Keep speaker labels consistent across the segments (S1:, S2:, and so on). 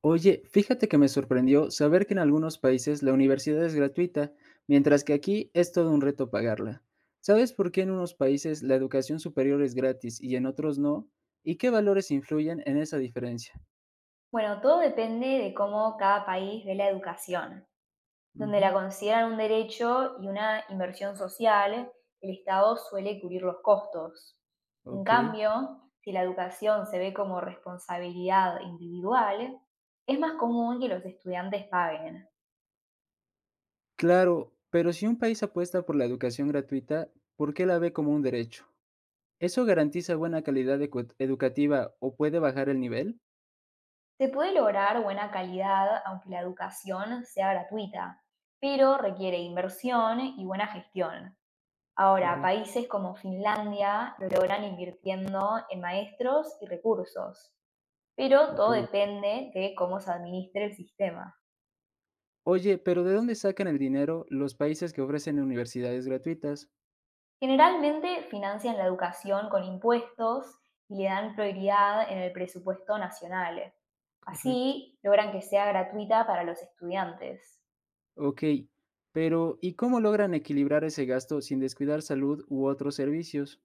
S1: Oye, fíjate que me sorprendió saber que en algunos países la universidad es gratuita, mientras que aquí es todo un reto pagarla. ¿Sabes por qué en unos países la educación superior es gratis y en otros no? ¿Y qué valores influyen en esa diferencia?
S2: Bueno, todo depende de cómo cada país ve la educación. Donde
S1: Ujú.
S2: la consideran un derecho y una inversión social, el Estado suele cubrir los costos. En
S1: Ok.
S2: cambio, si la educación se ve como responsabilidad individual, es más común que los estudiantes paguen.
S1: Claro, pero si un país apuesta por la educación gratuita, ¿por qué la ve como un derecho? ¿Eso garantiza buena calidad educativa o puede bajar el nivel?
S2: Se puede lograr buena calidad aunque la educación sea gratuita, pero requiere inversión y buena gestión. Ahora,
S1: Correcto.
S2: países como Finlandia lo logran invirtiendo en maestros y recursos, pero
S1: Ok.
S2: todo depende de cómo se administre el sistema.
S1: Oye, pero ¿de dónde sacan el dinero los países que ofrecen universidades gratuitas?
S2: Generalmente financian la educación con impuestos y le dan prioridad en el presupuesto nacional.
S1: Correcto.
S2: Así logran que sea gratuita para los estudiantes.
S1: Ok, pero ¿y cómo logran equilibrar ese gasto sin descuidar salud u otros servicios?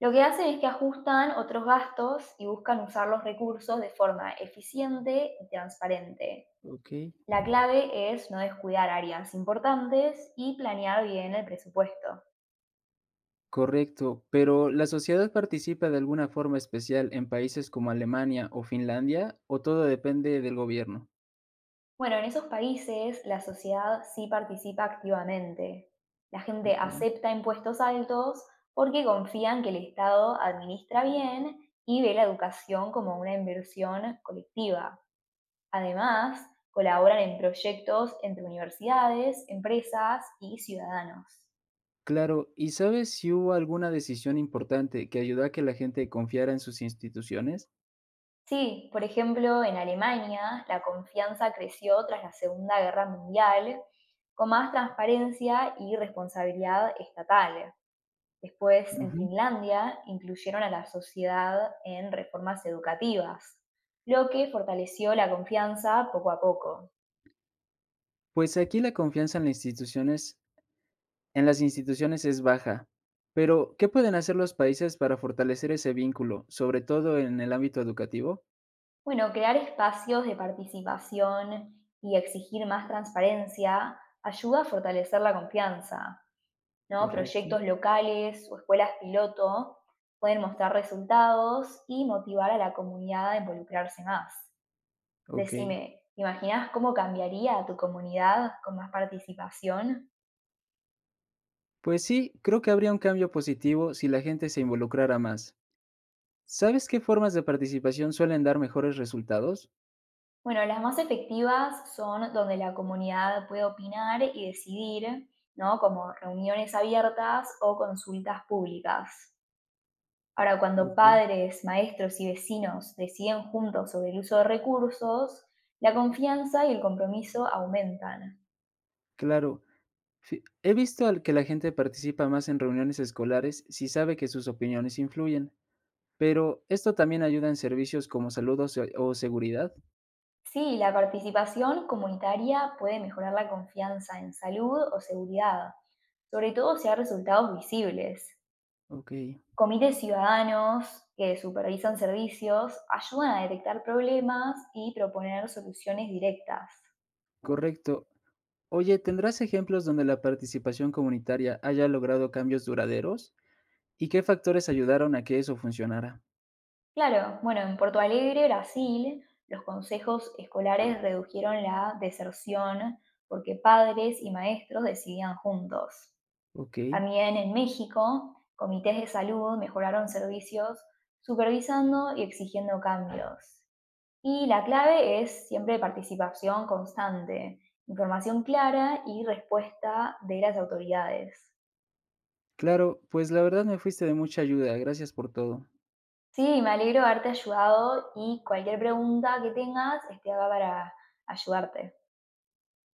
S2: Lo que hacen es que ajustan otros gastos y buscan usar los recursos de forma eficiente y transparente.
S1: Ok,
S2: La clave es no descuidar áreas importantes y planear bien el presupuesto.
S1: correcto. Pero ¿la sociedad participa de alguna forma especial en países como Alemania o Finlandia o todo depende del gobierno?
S2: Bueno, en esos países la sociedad sí participa activamente. La gente
S1: Ok.
S2: acepta impuestos altos porque confían que el Estado administra bien y ve la educación como una inversión colectiva. Además, colaboran en proyectos entre universidades, empresas y ciudadanos.
S1: Claro, ¿y sabes si hubo alguna decisión importante que ayudó a que la gente confiara en sus instituciones?
S2: Sí, por ejemplo, en Alemania la confianza creció tras la Segunda Guerra Mundial con más transparencia y responsabilidad estatal. Después, en
S1: Ujú.
S2: Finlandia, incluyeron a la sociedad en reformas educativas, lo que fortaleció la confianza poco a poco.
S1: Pues aquí la confianza en las instituciones es baja. Pero, ¿qué pueden hacer los países para fortalecer ese vínculo, sobre todo en el ámbito educativo?
S2: Bueno, crear espacios de participación y exigir más transparencia ayuda a fortalecer la confianza, ¿no?
S1: Correcto.
S2: Proyectos locales o escuelas piloto pueden mostrar resultados y motivar a la comunidad a involucrarse más.
S1: Ok.
S2: Decime, ¿imaginas cómo cambiaría tu comunidad con más participación?
S1: Pues sí, creo que habría un cambio positivo si la gente se involucrara más. ¿Sabes qué formas de participación suelen dar mejores resultados?
S2: Bueno, las más efectivas son donde la comunidad puede opinar y decidir, ¿no? Como reuniones abiertas o consultas públicas. Ahora, cuando
S1: Ok.
S2: padres, maestros y vecinos deciden juntos sobre el uso de recursos, la confianza y el compromiso aumentan.
S1: Claro. He visto al que la gente participa más en reuniones escolares si sabe que sus opiniones influyen, pero esto también ayuda en servicios como salud o, o seguridad.
S2: Sí, la participación comunitaria puede mejorar la confianza en salud o seguridad, sobre todo si hay resultados visibles.
S1: Ok,
S2: Comités ciudadanos que supervisan servicios ayudan a detectar problemas y proponer soluciones directas.
S1: correcto. Oye, ¿tendrás ejemplos donde la participación comunitaria haya logrado cambios duraderos? ¿Y qué factores ayudaron a que eso funcionara?
S2: Claro, bueno, en Porto Alegre, Brasil, los consejos escolares redujeron la deserción porque padres y maestros decidían juntos.
S1: Ok,
S2: También en México, comités de salud mejoraron servicios supervisando y exigiendo cambios. Y la clave es siempre participación constante, información clara y respuesta de las autoridades.
S1: claro, pues la verdad me fuiste de mucha ayuda, gracias por todo.
S2: Sí, me alegro de haberte ayudado y cualquier pregunta que tengas, este acá para ayudarte.